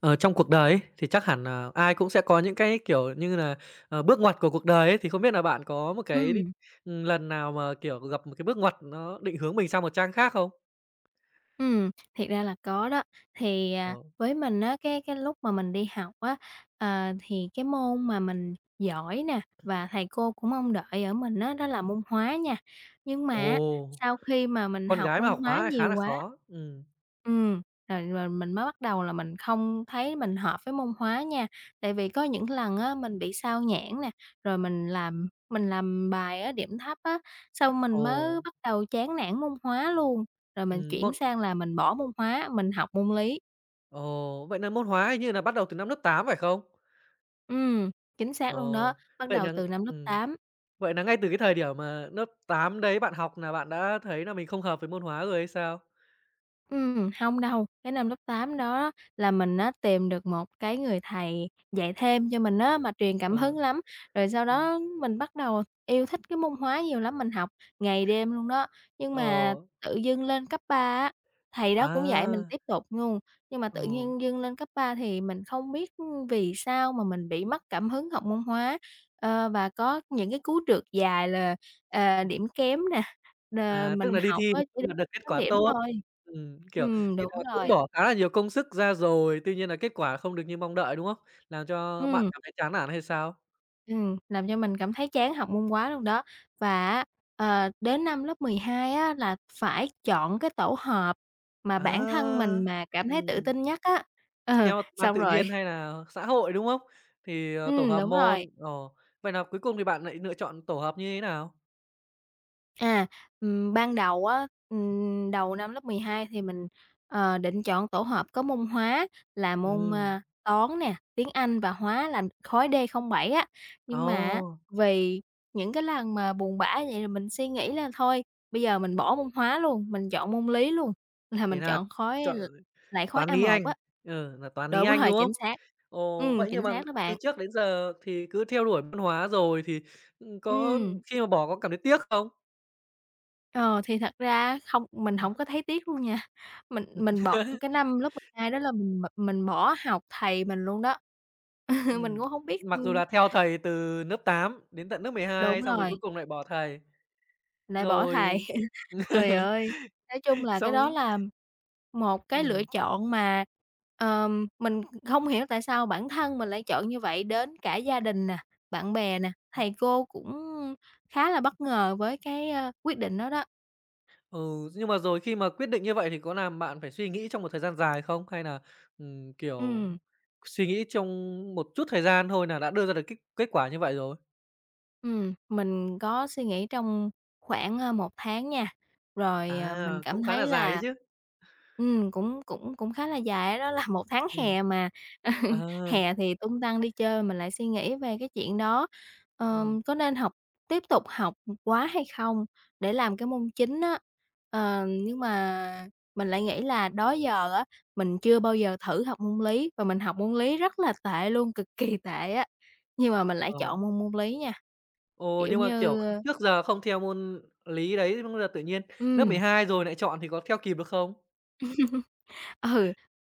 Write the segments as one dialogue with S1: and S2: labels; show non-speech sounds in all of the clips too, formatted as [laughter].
S1: Ờ, Trong cuộc đời ấy, thì chắc hẳn là ai cũng sẽ có những cái, kiểu như là bước ngoặt của cuộc đời ấy, thì không biết là bạn có một cái,
S2: Ừm,
S1: lần nào mà, kiểu, gặp một cái bước ngoặt nó định hướng mình sang một trang khác không?
S2: thiệt ra là có đó. Thì,
S1: Ờ.
S2: à, với mình á, cái lúc mà mình đi học á, thì cái môn mà mình giỏi nè, và thầy cô cũng mong đợi ở mình á, đó là môn hóa nha. Nhưng mà á,
S1: Ồ!
S2: sau khi mà mình
S1: Con
S2: học
S1: gái mà
S2: môn
S1: học hóa
S2: hóa
S1: lại khá
S2: nhiều
S1: là
S2: quá
S1: khó. Ừm.
S2: ừm, rồi rồi mình mới bắt đầu là mình không thấy mình hợp với môn hóa nha. Tại vì có những lần á, mình bị xao nhãng nè, rồi mình làm bài á, điểm thấp á, xong mình mới
S1: Ồ,
S2: bắt đầu chán nản môn hóa luôn. Rồi mình
S1: ừm,
S2: chuyển
S1: môn
S2: sang là mình bỏ môn hóa, mình học môn lý.
S1: Vậy là môn hóa hình như là bắt đầu từ năm lớp 8 phải không?
S2: Ừm, chính
S1: Ờ,
S2: xác luôn đó. Bắt
S1: vậy
S2: đầu
S1: là,
S2: từ năm lớp
S1: ừm,
S2: tám.
S1: Vậy là ngay từ cái thời điểm mà lớp 8 đấy bạn học là bạn đã thấy là mình không hợp với môn hóa rồi hay sao?
S2: Hông đâu, cái năm lớp 8 đó là mình á tìm được một cái người thầy dạy thêm cho mình á, mà truyền cảm
S1: Ờ.
S2: hứng lắm. Rồi sau
S1: Ừm.
S2: đó mình bắt đầu yêu thích cái môn Hóa nhiều lắm, mình học ngày đêm luôn đó. Nhưng
S1: Ờ.
S2: mà tự dưng lên cấp 3 á, thầy đó cũng dạy mình
S1: À.
S2: tiếp tục luôn, nhưng mà
S1: Ờ.
S2: tự nhiên dưng lên cấp 3 thì mình không biết vì sao mà mình bị mất cảm hứng học môn Hóa, và có những cái cú trượt dài là, điểm kém nè, đ
S1: À, tức
S2: mình
S1: là đi
S2: học
S1: thi
S2: á.
S1: không đạt được kết
S2: Chấm
S1: quả
S2: điểm
S1: tốt.
S2: thôi.
S1: Kiểu như
S2: Đúng
S1: là, cũng
S2: rồi.
S1: bỏ khá là nhiều công sức ra rồi, tuy nhiên là kết quả không được như mong đợi, đúng không? Làm cho bạn
S2: Ừm,
S1: cảm thấy chán nản hay sao?
S2: làm cho mình cảm thấy chán học môn quá luôn đó. Và á, đến năm lớp 12 á là phải chọn cái tổ hợp mà bản thân
S1: À!
S2: mình mà cảm thấy tự
S1: Ừm,
S2: tin nhất á. Ờ,
S1: theo ban
S2: xong
S1: tự
S2: rồi
S1: nhiên hay là xã hội, đúng không? Thì, ờ, tổ hợp
S2: đúng rồi.
S1: môn, ờ, Vậy là cuối cùng thì bạn lại lựa chọn tổ hợp như thế nào?
S2: À, ban đầu á, đầu năm lớp 12 thì mình, định chọn tổ hợp có môn hóa là môn,
S1: Ừm,
S2: Toán nè, tiếng Anh và Hóa là khối d không bảy á. Nhưng mà á,
S1: ồ,
S2: vì những cái lần mà buồn bã vậy rồi mình suy nghĩ là thôi, bây giờ mình bỏ môn Hóa luôn, mình chọn môn Lý luôn, là
S1: Thế
S2: mình
S1: là
S2: chọn khối
S1: chọn
S2: l lại khối
S1: Toán
S2: a
S1: Lý
S2: một
S1: Anh,
S2: á.
S1: là toán Lý
S2: Đúng
S1: Anh,
S2: rồi,
S1: đúng không?
S2: chính xác.
S1: Ồ, vậy nhưng
S2: Chính
S1: mà
S2: xác đó
S1: từ
S2: bạn.
S1: trước đến giờ thì cứ theo đuổi văn hóa rồi thì, có
S2: Ừm.
S1: khi mà bỏ có cảm thấy tiếc không?
S2: Ờ, thì thật ra á không mình hổng có thấy tiếc luôn nha. Mình bỏ cái
S1: [laughs]
S2: năm lớp 12 đó là mình bỏ học thầy mình luôn đó, [laughs] mình
S1: Ừm,
S2: cũng hông biết
S1: mặc dù là theo thầy từ lớp 8 đến tận lớp mười
S2: đúng
S1: hai xong rồi
S2: rồi,
S1: cuối cùng lại bỏ thầy,
S2: lại bỏ thầy.
S1: rồi
S2: [laughs] Trời
S1: [laughs]
S2: ơi, nói chung là cái đó
S1: xong
S2: là một cái lựa
S1: ừm,
S2: chọn mà, mình không hiểu tại sao bản thân mình lại chọn như vậy, đến cả gia đình nè, bạn bè nè, thầy cô cũng khá là bất ngờ với cái, quyết định đó đó.
S1: ừ, nhưng mà rồi khi mà quyết định như vậy thì có làm bạn phải suy nghĩ trong một thời gian dài không? Hay là, kiểu,
S2: Ừm.
S1: suy nghĩ trong một chút thời gian thôi là đã đưa ra được kết kết quả như vậy rồi?
S2: Mình có suy nghĩ trong khoảng, 1 tháng nha, rồi, mình
S1: À,
S2: cảm
S1: cũng khá
S2: thấy
S1: là dài đấy
S2: là
S1: chứ.
S2: cũng cũng cũng khá là dài đó là [laughs] một tháng
S1: Ừm.
S2: hè mà.
S1: À.
S2: [laughs] Hè thì tung tăng đi chơi, mình lại suy nghĩ về cái chuyện đó,
S1: Ừm.
S2: có nên học tiếp tục học hay không để làm cái môn chính á. Ờ, nhưng mà mình lại nghĩ là đó giờ á, mình chưa bao giờ thử học môn lý và mình học môn lý rất là tệ luôn, cực kỳ tệ á, nhưng mà mình lại
S1: Ờ.
S2: chọn môn môn lý nha.
S1: Ồ,
S2: Kiểu
S1: nhưng mà, kiểu,
S2: như,
S1: trước giờ không theo môn lý đấy, thế bây giờ tự nhiên lớp mười
S2: ừm,
S1: hai rồi lại chọn thì có theo kịp được không?
S2: [laughs] ừ,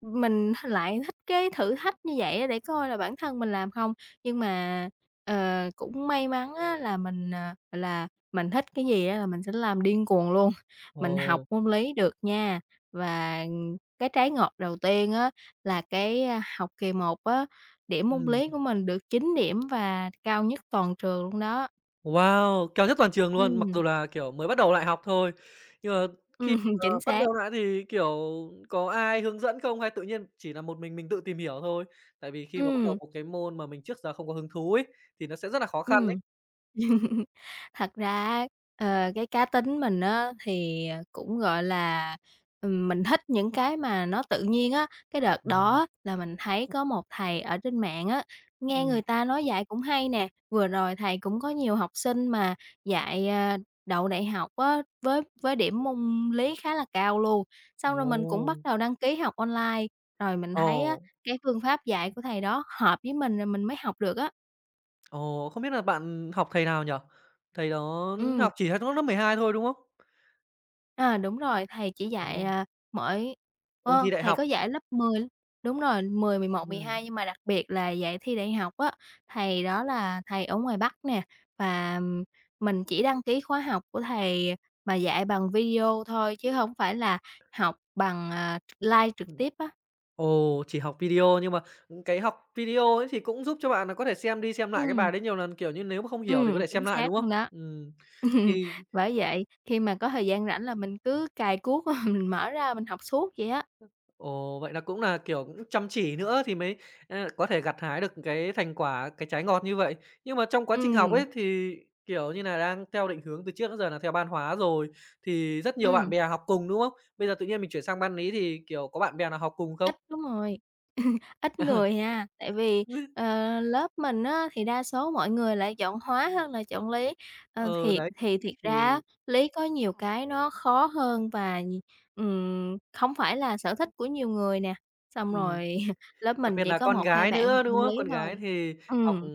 S2: mình lại thích cái thử thách như vậy á để coi là bản thân mình làm không. Nhưng mà, cũng may mắn á là mình, gọi là, mình thích cái gì á là mình sẽ làm điên cuồng luôn. [laughs] Mình học
S1: Ồ,
S2: môn lý được nha, và, cái trái ngọt đầu tiên á là cái, học kỳ một á, điểm môn
S1: ừm,
S2: lý của mình được 9 điểm và cao nhất toàn trường luôn đó.
S1: wow, cao nhất toàn trường luôn, mặc
S2: Ừm,
S1: dù là, kiểu, mới bắt đầu lại học thôi. Nhưng mà khi
S2: [laughs] chính
S1: mà bắt
S2: xác.
S1: đầu lại thì, kiểu, có ai hướng dẫn không hay tự nhiên chỉ là một mình tự tìm hiểu thôi? Tại vì khi mà bắt đầu
S2: Ừm,
S1: một cái môn mà mình trước giờ không có hứng thú ấy, thì nó sẽ rất là khó khăn đấy.
S2: ừm. [laughs] Thật ra á, cái cá tính mình á thì, cũng, gọi là, mình thích những cái mà nó tự nhiên á. Cái đợt
S1: Ờ.
S2: đó là mình thấy có một thầy ở trên mạng á, nghe
S1: Ừm.
S2: người ta nói dạy cũng hay nè, vừa rồi thầy cũng có nhiều học sinh mà dạy, đậu đại học á, với điểm môn lý khá là cao luôn. Xong
S1: Ồ.
S2: rồi mình cũng bắt đầu đăng ký học online, rồi mình
S1: Ờ.
S2: thấy á, cái phương pháp dạy của thầy đó hợp với mình rồi mình mới học được á.
S1: Ồ, không biết là bạn học thầy nào nhỉ? Thầy đó
S2: Ừm.
S1: học chỉ hết có lớp 12 thôi, đúng không?
S2: À, đúng rồi, thầy chỉ dạy,
S1: Ồ,
S2: mỗi
S1: ôn thi đại
S2: thầy
S1: học.
S2: có dạy lớp 10 đúng rồi, mười mười một mười
S1: Ừm.
S2: hai nhưng mà đặc biệt là dạy thi đại học á, thầy đó là thầy ở ngoài Bắc nè, và mình chỉ đăng ký khóa học của thầy mà dạy bằng video thôi chứ hổng phải là học bằng, live trực
S1: Ừm.
S2: tiếp á.
S1: Ồ, chỉ học video nhưng mà, cái học video ấy thì cũng giúp cho bạn là có thể xem đi xem lại cái
S2: Ừm,
S1: bài đấy nhiều lần, kiểu như, nếu mà không hiểu thì có thể xem
S2: chính
S1: lại, đúng
S2: xác
S1: không?
S2: luôn đó.
S1: Ừm,
S2: [laughs] Ừm,
S1: thì
S2: bởi vậy, khi mà có thời gian rảnh là mình cứ cài cuốc, [laughs] mình mở ra mình học suốt vậy á.
S1: Ồ, vậy là cũng là, kiểu, cũng chăm chỉ nữa thì mới, có thể gặt hái được cái thành quả, cái trái ngọt như vậy. Nhưng mà trong quá trình học
S2: Ừm,
S1: ấy thì, kiểu như là đang theo định hướng từ trước đến giờ là theo Ban hóa rồi, thì rất nhiều bạn
S2: ừm,
S1: bè học cùng, đúng không? Bây giờ tự nhiên mình chuyển sang Ban lý thì, kiểu, có bạn bè nào học cùng không?
S2: ít đúng rồi. Ít
S1: [laughs]
S2: người ha, tại vì, ờ, lớp mình á thì đa số mọi người lại chọn hóa hơn là chọn lý. Ờ,
S1: Ờ,
S2: thiệt
S1: đấy,
S2: thì thiệt ra á,
S1: thì
S2: lý có nhiều cái nó khó hơn và, không phải là sở thích của nhiều người nè, xong
S1: ừm.
S2: rồi [laughs] lớp
S1: Đặc
S2: mình
S1: biệt
S2: chỉ
S1: là
S2: có
S1: con
S2: một 2
S1: gái
S2: bạn
S1: nữa,
S2: học
S1: đúng
S2: môn
S1: không?
S2: lý
S1: Con gái
S2: thôi.
S1: thì học
S2: Ừ,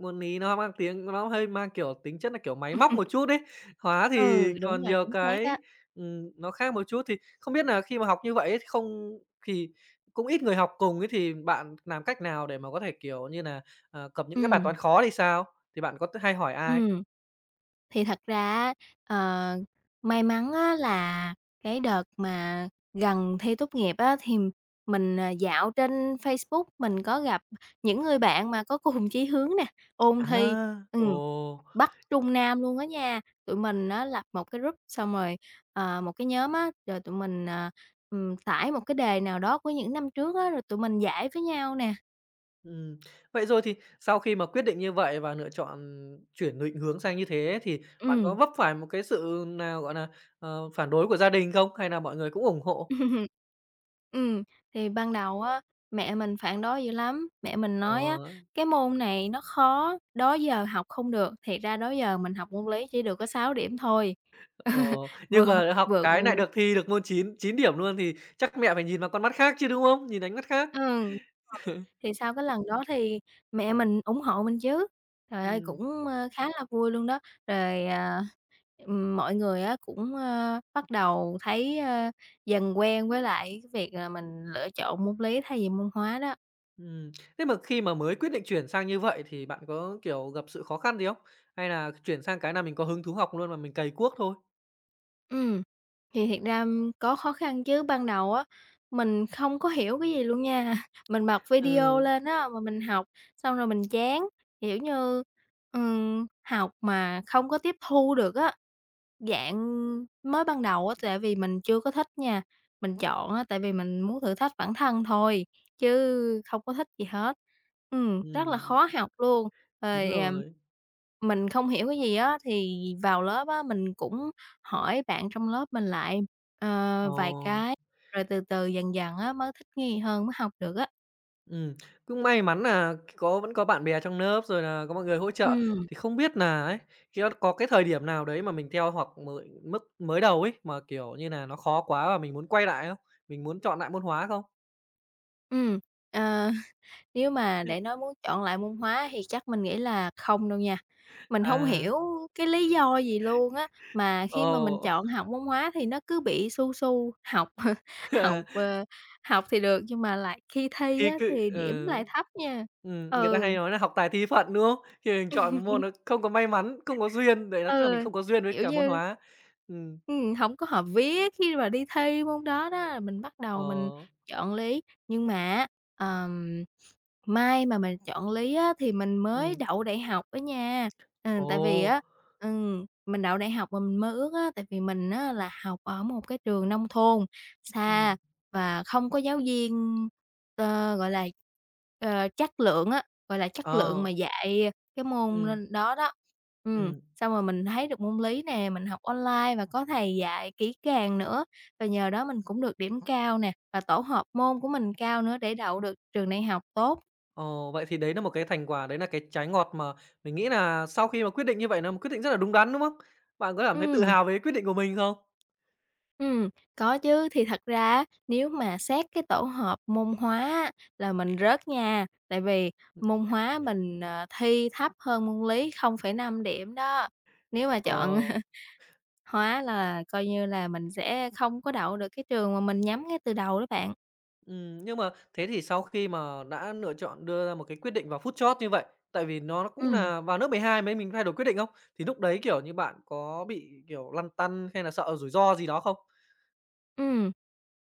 S1: môn Lý nó mang tiếng nó hơi mang, kiểu, tính chất là, kiểu, máy móc một chút đấy. Hóa thì
S2: ừ, đúng
S1: còn
S2: rồi,
S1: nhiều
S2: chính xác
S1: cái,
S2: á.
S1: nó khác một chút. Thì không biết là khi mà học như vậy ấy, thì không thì cũng ít người học cùng ấy, thì bạn làm cách nào để mà có thể, kiểu như là cập những cái bài
S2: Ừ,
S1: toán khó thì sao? Thì bạn có hay hỏi ai?
S2: ừ. Thì thật ra á, ờ, may mắn á là cái đợt mà gần thi tốt nghiệp á, thì mình, dạo trên Facebook, mình có gặp những người bạn mà có cùng chí hướng nè, ôn thi,
S1: À, ồ!
S2: ừm, Bắc Trung Nam luôn á nha. Tụi mình á lập một cái group xong rồi, một cái nhóm á, rồi tụi mình, tải một cái đề nào đó của những năm trước á, rồi tụi mình giải với nhau nè.
S1: Ừm, Vậy rồi thì sau khi mà quyết định như vậy và lựa chọn chuyển định hướng sang như thế thì bạn có
S2: Ừm.
S1: vấp phải một cái sự nào, gọi là phản đối của gia đình không? Hay là mọi người cũng ủng hộ?
S2: [laughs] Ừm, thì ban đầu á, mẹ mình phản đối dữ lắm, mẹ mình nói á:
S1: Ờ,
S2: "Cái môn này nó khó, đó giờ học không được." Thiệt ra đó giờ mình học môn lý chỉ được có 6 điểm thôi.
S1: ờ,
S2: [laughs] Vừa
S1: nhưng mà học
S2: vừa
S1: cái nại được thi được môn 9 9 điểm luôn thì chắc mẹ phải nhìn vào con mắt khác chứ, đúng không? Nhìn ánh mắt khác.
S2: thì sau cái lần đó thì mẹ mình ủng hộ mình chứ. Trời ơi,
S1: Ừm.
S2: cũng, khá là vui luôn đó. Rồi, mọi người á cũng, bắt đầu thấy, dần quen với lại cái việc là mình lựa chọn môn lý thay vì môn hóa đó.
S1: Ừm. Thế mà khi mà mới quyết định chuyển sang như vậy thì bạn có, kiểu, gặp sự khó khăn gì không? Hay là chuyển sang cái nào mình có hứng thú học luôn mà mình cày cuốc thôi?
S2: Ừ, thì thiệt ra có khó khăn chứ, ban đầu á, mình không có hiểu cái gì luôn nha. [laughs] Mình bật video
S1: Ừ,
S2: lên á, mà mình học, xong rồi mình chán, kiểu như, học mà không có tiếp thu được á. Dạng mới ban đầu á, tại vì mình chưa có thích nha, mình chọn á, tại vì mình muốn thử thách bản thân thôi, chứ không có thích gì hết. Ừ, rất là
S1: ừm,
S2: khó học luôn,
S1: đúng
S2: rồi,
S1: rồi.
S2: mình không hiểu cái gì á, thì vào lớp á, mình cũng hỏi bạn trong lớp mình lại,
S1: Ờ.
S2: vài cái, rồi từ từ dần dần á mới thích nghi hơn, mới học được á.
S1: Ừm, Cũng may mắn nà có vẫn có bạn bè trong lớp, rồi nà có mọi người hỗ trợ.
S2: Ừ.
S1: Thì không biết nà ấy, khi đó có cái thời điểm nào đấy mà mình theo học mới mức mới đầu ấy, mà, kiểu như nà, nó khó quá và mình muốn quay lại không? Mình muốn chọn lại môn hóa không?
S2: ừm, ờ, [laughs] nếu mà để nói muốn chọn lại môn hóa thì chắc mình nghĩ là không đâu nha. Mình không
S1: À,
S2: hiểu cái lý do gì luôn á, mà khi mà mình
S1: ồ,
S2: chọn học môn hóa thì nó cứ bị su su, học [laughs]
S1: [laughs]
S2: học,
S1: à,
S2: học thì được nhưng mà lại khi thi
S1: thì
S2: á
S1: cự
S2: thì điểm
S1: ừ,
S2: lại thấp nha.
S1: người ta
S2: Ừ.
S1: hay nói là học tài thi phận, đúng không? Khi mình chọn một môn nó không có may mắn, không có duyên, đấy là tức là mình
S2: Ừ,
S1: không có duyên với
S2: kiểu
S1: cả môn
S2: như
S1: hóa. Ừm.
S2: ừm, hổng có hợp viết khi mà đi thi môn đó đó, mình bắt
S1: Ờ.
S2: đầu mình chọn Lý. Nhưng mà á, ờm, may mà mình chọn Lý á thì mình mới
S1: Ừm.
S2: đậu đại học đó nha. Ừ,
S1: Ồ.
S2: tại vì á mình đậu đại học mà mình mơ ước á, tại vì mình á là học ở một cái trường nông thôn,
S1: Ừm.
S2: xa và không có giáo viên, gọi là, chất lượng á, gọi là, chất lượng
S1: Ờ.
S2: mà dạy cái môn
S1: Ừm.
S2: n đó đó. Ừm.
S1: Ừm.
S2: Xong rồi mình thấy được môn lý nè, mình học online và có thầy dạy kỹ càng nữa, và nhờ đó mình cũng được điểm cao nè, và tổ hợp môn của mình cao nữa để đậu được trường đại học tốt.
S1: Ồ, vậy thì đấy là một cái thành quả, đấy là cái trái ngọt mà mình nghĩ là sau khi mà quyết định như vậy là một quyết định rất là đúng đắn, đúng không? Bạn có cảm thấy tự
S2: Ừm,
S1: hào về quyết định của mình không?
S2: ừm, có chứ, thì thật ra á, nếu mà xét cái tổ hợp môn hóa á là mình rớt nha, tại vì môn hóa mình, thi thấp hơn môn lý 0,5 điểm đó. Nếu mà
S1: Ờ.
S2: chọn [laughs] hóa là coi như là mình sẽ không có đậu được cái trường mà mình nhắm ngay từ đầu đó bạn.
S1: Nhưng mà thế thì sau khi mà đã lựa chọn đưa ra một cái quyết định vào phút chót như vậy, tại vì nó cũng
S2: Ừ,
S1: là vào nước hai mới mình thay đổi quyết định không? Thì lúc đấy, kiểu như, bạn có bị, kiểu, lăn tăn hay là sợ rủi ro gì đó không?
S2: ừ.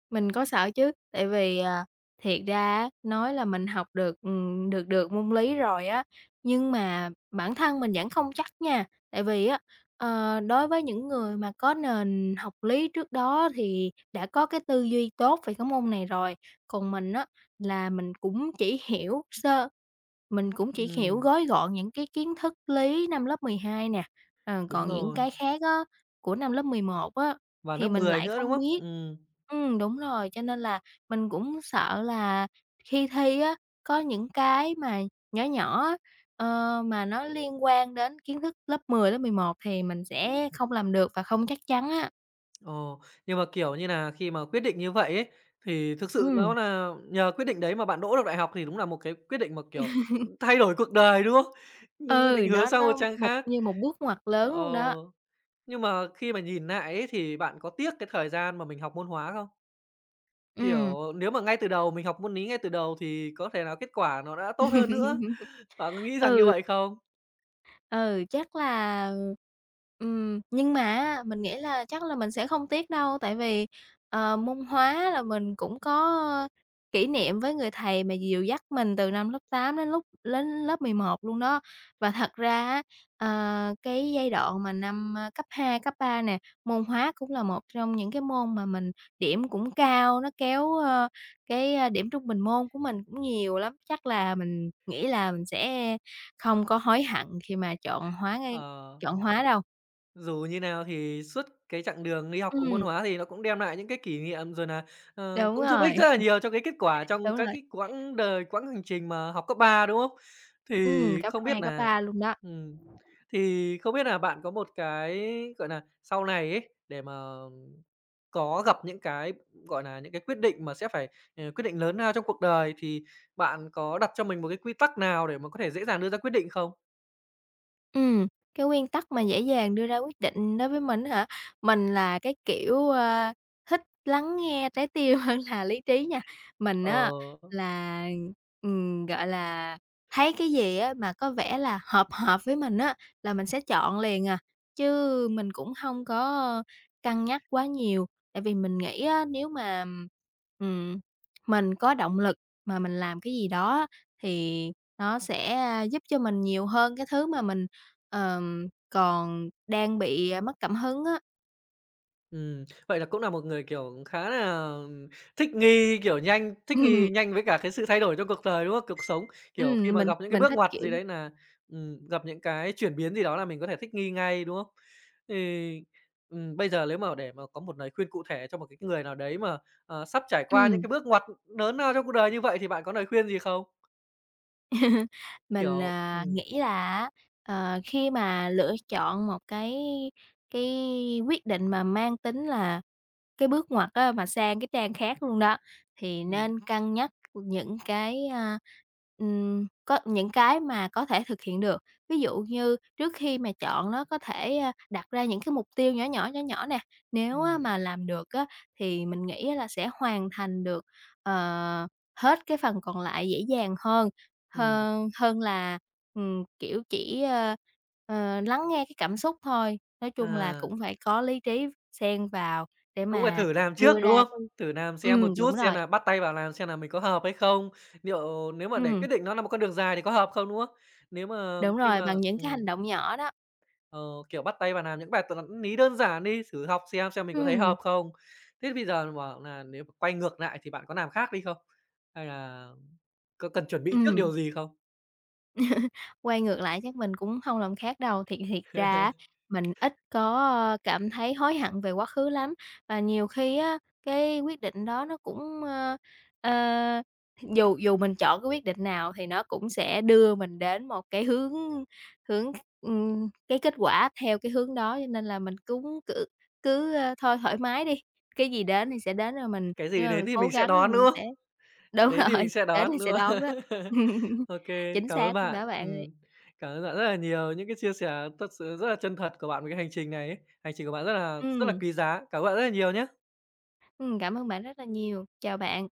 S2: Mình có sợ chứ, tại vì, thiệt ra á, nói là mình học được, được môn lý rồi á, nhưng mà bản thân mình vẫn không chắc nha. Tại vì á, đối với những người mà có nền học lý trước đó thì đã có cái tư duy tốt về cái môn này rồi, còn mình á là mình cũng chỉ hiểu
S1: Ừm,
S2: gói gọn những cái kiến thức lý năm lớp 12 nè,
S1: đúng
S2: còn những
S1: rồi,
S2: cái khác á, của năm lớp 11 á,
S1: và
S2: thì
S1: lớp
S2: mình
S1: 10
S2: lại
S1: nữa, đúng
S2: không
S1: không?
S2: biết.
S1: Ừm.
S2: Đúng rồi, cho nên là mình cũng sợ là khi thi á, có những cái mà nhỏ nhỏ á, mà nó liên quan đến kiến thức lớp 10, lớp 11 thì mình sẽ không làm được và không chắc chắn á.
S1: Ồ, nhưng mà, kiểu như là khi mà quyết định như vậy ấy, thì thực sự
S2: Ừ.
S1: nó là nhờ quyết định đấy mà bạn đỗ được đại học thì đúng là một cái quyết định mà, kiểu, thay đổi cuộc đời, đúng không? Nhưng cái
S2: Ừ,
S1: định hướng
S2: nó
S1: sang một
S2: nó
S1: trang
S2: một
S1: khác.
S2: như một bước ngoặt
S1: Ờ,
S2: lớn luôn đó.
S1: nhưng mà khi mà nhìn lại ấy thì bạn có tiếc cái thời gian mà mình học môn hóa không?
S2: Ừ.
S1: Kiểu, nếu mà ngay từ đầu mình học môn lý ngay từ đầu thì có thể là kết quả nó đã tốt hơn nữa.
S2: [laughs]
S1: Bạn có nghĩ rằng như
S2: Ừ.
S1: vậy không?
S2: Ừ, chắc là, nhưng mà á, mình nghĩ là chắc là mình sẽ không tiếc đâu, tại vì, môn hóa là mình cũng có kỷ niệm với người thầy mà dìu dắt mình từ năm lớp 8 đến lúc đến lớp 11 luôn đó. Và thật ra á, cái giai đoạn mà năm, cấp 2 cấp 3 nè, môn hóa cũng là một trong những cái môn mà mình điểm cũng cao, nó kéo, cái, điểm trung bình môn của mình cũng nhiều lắm. Chắc là mình nghĩ là mình sẽ không có hối hận khi mà
S1: Ờ.
S2: chọn hóa đâu.
S1: Dù như nào thì suốt cái chặng đường đi học cùng môn
S2: Ừm,
S1: hóa thì nó cũng đem lại những cái kỷ niệm, rồi là
S2: đúng
S1: cũng giúp ích
S2: rồi,
S1: rất là nhiều cho cái kết quả trong
S2: đúng
S1: các
S2: rồi.
S1: cái quãng đời, quãng hành trình mà học cấp 3 đúng không? Thì
S2: Cấp
S1: không
S2: 2
S1: biết
S2: cấp
S1: là
S2: 3 luôn đó.
S1: ừm, thì không biết là bạn có một cái, gọi là sau này ấy, để mà có gặp những cái, gọi là những cái quyết định mà sẽ phải, quyết định lớn lao trong cuộc đời thì bạn có đặt cho mình một cái quy tắc nào để mà có thể dễ dàng đưa ra quyết định không?
S2: Ừm, cái nguyên tắc mà dễ dàng đưa ra quyết định đối với mình á hả? Mình là cái kiểu, thích lắng nghe trái tim [laughs] hơn là lý trí nha. Mình
S1: Ờ.
S2: á là, gọi là, thấy cái gì á mà có vẻ là hợp hợp với mình á là mình sẽ chọn liền à, chứ mình cũng hông có cân nhắc quá nhiều. Tại vì mình nghĩ á, nếu mà, ừm, mình có động lực mà mình làm cái gì đó á thì nó sẽ, giúp cho mình nhiều hơn cái thứ mà mình ờm, còn đang bị, mất cảm hứng á.
S1: Vậy là cũng là một người, kiểu, khá là thích nghi, kiểu, nhanh
S2: [laughs]
S1: thích
S2: Ừm.
S1: nghi nhanh với cả cái sự thay đổi trong cuộc đời, đúng không? Cuộc sống, kiểu, khi
S2: Ừm,
S1: mà
S2: mình
S1: gặp những cái
S2: mình
S1: bước
S2: thích,
S1: ngoặt gì
S2: kiểu
S1: đấy là gặp những cái chuyển biến gì đó là mình có thể thích nghi ngay, đúng không? Thì, bây giờ nếu mà để mà có một lời khuyên cụ thể cho một cái người nào đấy mà, sắp trải qua những
S2: ừm.
S1: cái bước ngoặt lớn lao trong cuộc đời như vậy thì bạn có lời khuyên gì không?
S2: [laughs] Mình,
S1: Kiểu. Ừm.
S2: nghĩ là á, khi mà lựa chọn một cái cái quyết định mà mang tính là cái bước ngoặt á, mà sang cái trang khác luôn đó, thì
S1: Ừm.
S2: nên cân nhắc những cái, có những cái mà có thể thực hiện được. Ví dụ như trước khi mà chọn nó có thể, đặt ra những cái mục tiêu nhỏ nhỏ nè, nếu á
S1: Ừm.
S2: mà làm được á, thì mình nghĩ là sẽ hoàn thành được, ờ, hết cái phần còn lại dễ dàng hơn,
S1: Ừm.
S2: hơn là, kiểu, chỉ lắng nghe cái cảm xúc thôi. Nói chung là
S1: À.
S2: cũng phải có lý trí xen vào để
S1: Cũng phải
S2: mà
S1: thử làm
S2: đưa
S1: trước, đúng
S2: ra
S1: không?
S2: cái,
S1: Thử làm xem một
S2: ừm,
S1: chút,
S2: đúng
S1: xem
S2: rồi,
S1: là bắt tay vào làm xem là mình có hợp hay không, liệu nếu mà để
S2: ừm,
S1: quyết định nó là một con đường dài thì có hợp không, đúng không? Nếu mà
S2: đúng
S1: khi
S2: rồi,
S1: mà
S2: bằng những cái
S1: ừm,
S2: hành động nhỏ đó.
S1: ờ, kiểu, bắt tay vào làm những bài toán lý đơn giản đi, thử học xem mình có thấy
S2: Ừm.
S1: hợp không. Thế bây giờ bảo là nếu mà quay ngược lại thì bạn có làm khác đi không? Hay là có cần chuẩn bị trước
S2: Ừm.
S1: điều gì không?
S2: Quay ngược lại chắc mình cũng hông làm khác đâu, thiệt thiệt ra
S1: [laughs]
S2: á, mình ít có, cảm thấy hối hận về quá khứ lắm, và nhiều khi á, cái quyết định đó nó cũng, ờ, dù dù mình chọn cái quyết định nào thì nó cũng sẽ đưa mình đến một cái hướng hướng, cái kết quả theo cái hướng đó, cho nên là mình cũng cứ cứ, ơ, thôi thoải mái đi, cái gì đến thì sẽ đến rồi mình
S1: Cái
S2: nhưng
S1: gì
S2: mà
S1: đến
S2: mình
S1: thì
S2: cố
S1: mình sẽ
S2: gắng thì
S1: đón, đúng
S2: mình
S1: không?
S2: sẽ đúng
S1: Đến thì
S2: [laughs]
S1: mình
S2: rồi,
S1: sẽ
S2: đến
S1: đón,
S2: thì
S1: đúng
S2: sẽ
S1: không?
S2: đón đó.
S1: [laughs]
S2: [laughs]
S1: OK,
S2: Chính
S1: cảm ơn
S2: xác luôn
S1: bạn.
S2: đó bạn ơi.
S1: Cảm ơn bạn rất là nhiều, những cái chia sẻ thật sự rất là chân thật của bạn về cái hành trình này ấy. Hành trình của bạn rất là
S2: Ừm.
S1: quý giá. Cảm ơn bạn rất là nhiều nhá.
S2: Ừm, cảm ơn bạn rất là nhiều. Chào bạn.